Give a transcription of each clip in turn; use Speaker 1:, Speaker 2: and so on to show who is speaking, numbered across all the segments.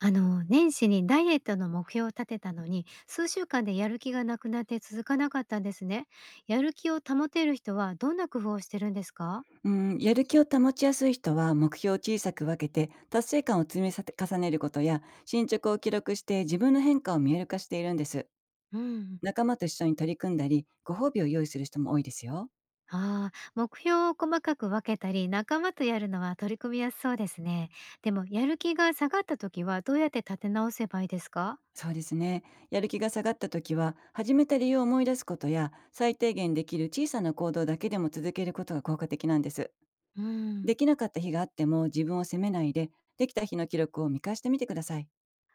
Speaker 1: 年始にダイエットの目標を立てたのに数週間でやる気がなくなって続かなかったんですね。やる気を保てる人はどんな工夫をしてるんですか？
Speaker 2: うん、やる気を保ちやすい人は目標を小さく分けて達成感を積み重ねることや進捗を記録して自分の変化を見える化しているんです。
Speaker 1: うん。
Speaker 2: 仲間と一緒に取り組んだりご褒美を用意する人も多いですよ。
Speaker 1: ああ、目標を細かく分けたり仲間とやるのは取り組みやすそうですね。でもやる気が下がった時はどうやって立て直せばいいですか？
Speaker 2: そうですね。やる気が下がった時は始めた理由を思い出すことや最低限できる小さな行動だけでも続けることが効果的なんです。
Speaker 1: うん。
Speaker 2: できなかった日があっても自分を責めないで、できた日の記録を見返してみてください。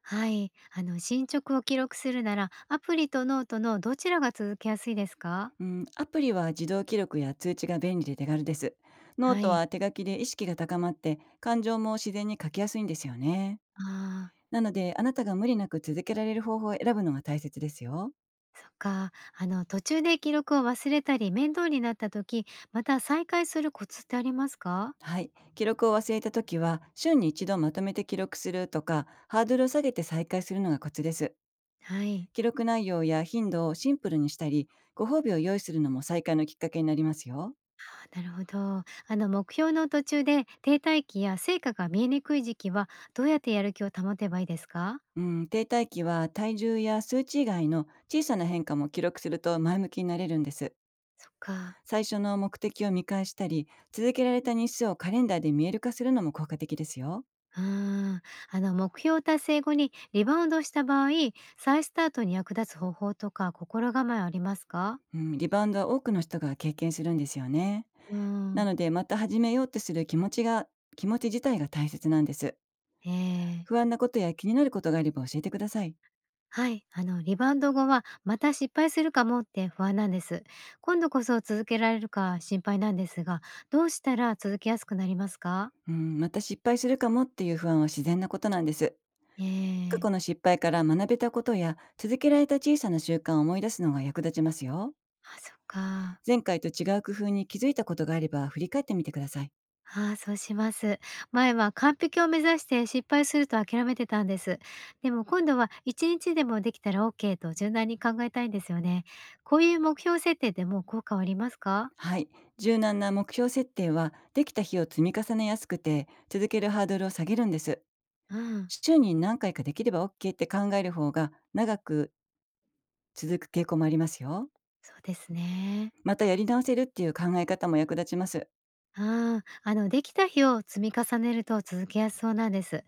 Speaker 1: はい、進捗を記録するならアプリとノートのどちらが続けやすいですか？
Speaker 2: うん、アプリは自動記録や通知が便利で手軽です。ノー
Speaker 1: は
Speaker 2: ト
Speaker 1: い。
Speaker 2: は手書きで意識が高まって感情も自然に書きやすいんですよね。
Speaker 1: ああ。
Speaker 2: なのであなたが無理なく続けられる方法を選ぶのが大切ですよ。
Speaker 1: そっか。途中で記録を忘れたり、面倒になった時、また再開するコツってありますか？
Speaker 2: はい。記録を忘れた時は週に一度まとめて記録するとかハードルを下げて再開するのがコツです。
Speaker 1: はい。
Speaker 2: 記録内容や頻度をシンプルにしたり、ご褒美を用意するのも再開のきっかけになりますよ。
Speaker 1: あ、なるほど。目標の途中で停滞期や成果が見えにくい時期は、どうやってやる気を保てばいいですか？
Speaker 2: うん、停滞期は体重や数値以外の小さな変化も記録すると前向きになれるんです。
Speaker 1: そっか。
Speaker 2: 最初の目的を見返したり、続けられた日数をカレンダーで見える化するのも効果的ですよ。
Speaker 1: うーん。目標達成後にリバウンドした場合、再スタートに役立つ方法とか心構えありますか？
Speaker 2: うん、リバウンドは多くの人が経験するんですよね。
Speaker 1: うー
Speaker 2: な
Speaker 1: ん。
Speaker 2: ので、また始めようとする気持ちが、気持ち自体が大切なんです。
Speaker 1: ええ。
Speaker 2: 不安なことや気になることがあれば教えてください。
Speaker 1: はい、リバウンド後はまた失敗するかもって不安なんです。今度こそ続けられるか心配なんですが、どうしたら続けやすくなりますか？
Speaker 2: うん、また失敗するかもっていう不安は自然なことなんです。
Speaker 1: え
Speaker 2: 過
Speaker 1: え、
Speaker 2: 去の失敗から学べたことや、続けられた小さな習慣を思い出すのが役立ちますよ。
Speaker 1: あ、そっか。
Speaker 2: 前回と違う工夫に気づいたことがあれば振り返ってみてください。
Speaker 1: ああ、そうします。前は完璧を目指して失敗すると諦めてたんです。でも今度は1日でもできたら OK と柔軟に考えたいんですよね。こういう目標設定でも効果はありますか？
Speaker 2: はい。柔軟な目標設定は、できた日を積み重ねやすくて、続けるハードルを下げるんです。
Speaker 1: うん、
Speaker 2: 週に何回かできれば OK って考える方が、長く続く傾向もありますよ。
Speaker 1: そうですね。
Speaker 2: またやり直せるっていう考え方も役立ちます。
Speaker 1: ああ、できた日を積み重ねると続けやすそうなんです。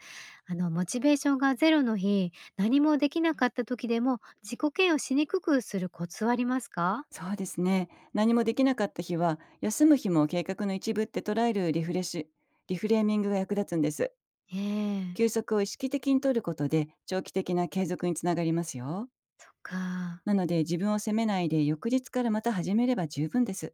Speaker 1: モチベーションがゼロの日、何もできなかった時でも自己嫌悪しにくくするコツはありますか？
Speaker 2: そうですね。何もできなかった日は、休む日も計画の一部って捉えるリフレッシュ、リフレーミングが役立つんです。
Speaker 1: ええ、
Speaker 2: 休息を意識的に取ることで、長期的な継続につながりますよ。
Speaker 1: そっか。
Speaker 2: なので、自分を責めないで、翌日からまた始めれば十分です。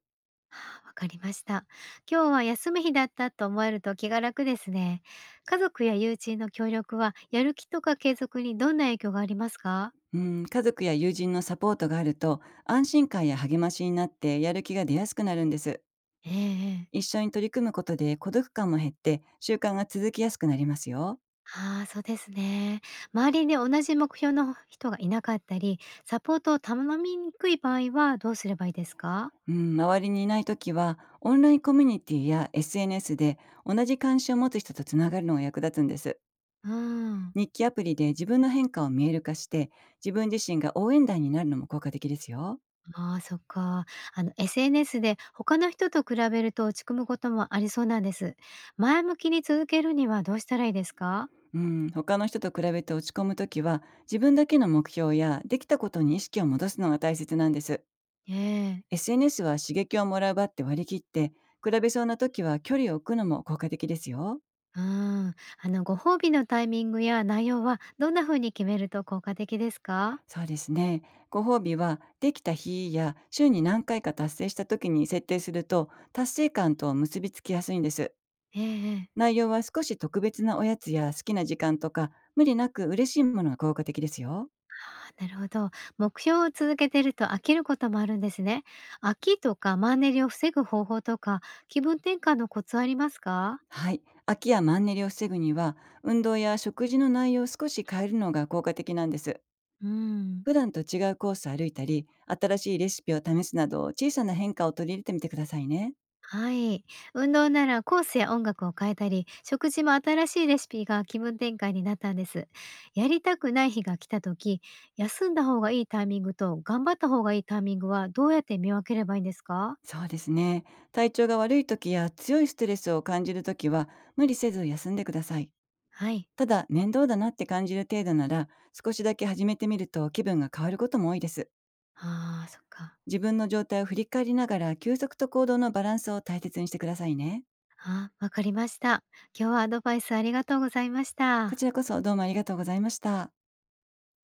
Speaker 1: あ、わかりました。今日は休む日だったと思えると気が楽ですね。家族や友人の協力は、やる気とか継続にどんな影響がありますか？
Speaker 2: うん、家族や友人のサポートがあると安心感や励ましになってやる気が出やすくなるんです。
Speaker 1: ええええ。
Speaker 2: 一緒に取り組むことで孤独感も減って習慣が続きやすくなりますよ。
Speaker 1: ああ、そうですね。周りに同じ目標の人がいなかったり、サポートを頼みにくい場合はどうすればいいですか？
Speaker 2: うん、周りにいないときはオンラインコミュニティや SNS で同じ関心を持つ人とつながるのが役立つんです。
Speaker 1: うーん。
Speaker 2: 日記アプリで自分の変化を見える化して、自分自身が応援団になるのも効果的ですよ。
Speaker 1: ああ、そっか。SNS で他の人と比べると落ち込むこともありそうなんです。前向きに続けるにはどうしたらいいですか？
Speaker 2: うん、他の人と比べて落ち込むときは自分だけの目標やできたことに意識を戻すのが大切なんです。
Speaker 1: ええ。
Speaker 2: SNS は刺激をもらう場って割り切って、比べそうな時は距離を置くのも効果的ですよ。
Speaker 1: うーん。ご褒美のタイミングや内容はどんな風に決めると効果的ですか？
Speaker 2: そうですね。ご褒美は、できた日や週に何回か達成した時に設定すると、達成感と結びつきやすいんです。
Speaker 1: えええ。
Speaker 2: 内容は少し特別なおやつや好きな時間とか、無理なく嬉しいものが効果的ですよ。
Speaker 1: なるほど。目標を続けてると飽きることもあるんですね。飽きとかマンネリを防ぐ方法とか、気分転換のコツありますか？
Speaker 2: はい。飽きやマンネリを防ぐには、運動や食事の内容を少し変えるのが効果的なんです。
Speaker 1: うん、
Speaker 2: 普段と違うコースを歩いたり、新しいレシピを試すなど、小さな変化を取り入れてみてくださいね。
Speaker 1: はい。運動ならコースや音楽を変えたり、食事も新しいレシピが気分転換になったんです。やりたくない日が来た時、休んだ方がいいタイミングと頑張った方がいいタイミングはどうやって見分ければいいんですか？
Speaker 2: そうですね。体調が悪い時や強いストレスを感じる時は、無理せず休んでください。
Speaker 1: はい。
Speaker 2: ただ、面倒だなって感じる程度なら、少しだけ始めてみると気分が変わることも多いです。
Speaker 1: ああ、そっか。
Speaker 2: 自分の状態を振り返りながら、休息と行動のバランスを大切にしてくださいね。
Speaker 1: あー、わかりました。今日はアドバイスありがとうございまし
Speaker 2: こ
Speaker 1: た。
Speaker 2: ちらこそどうもありがとうございました。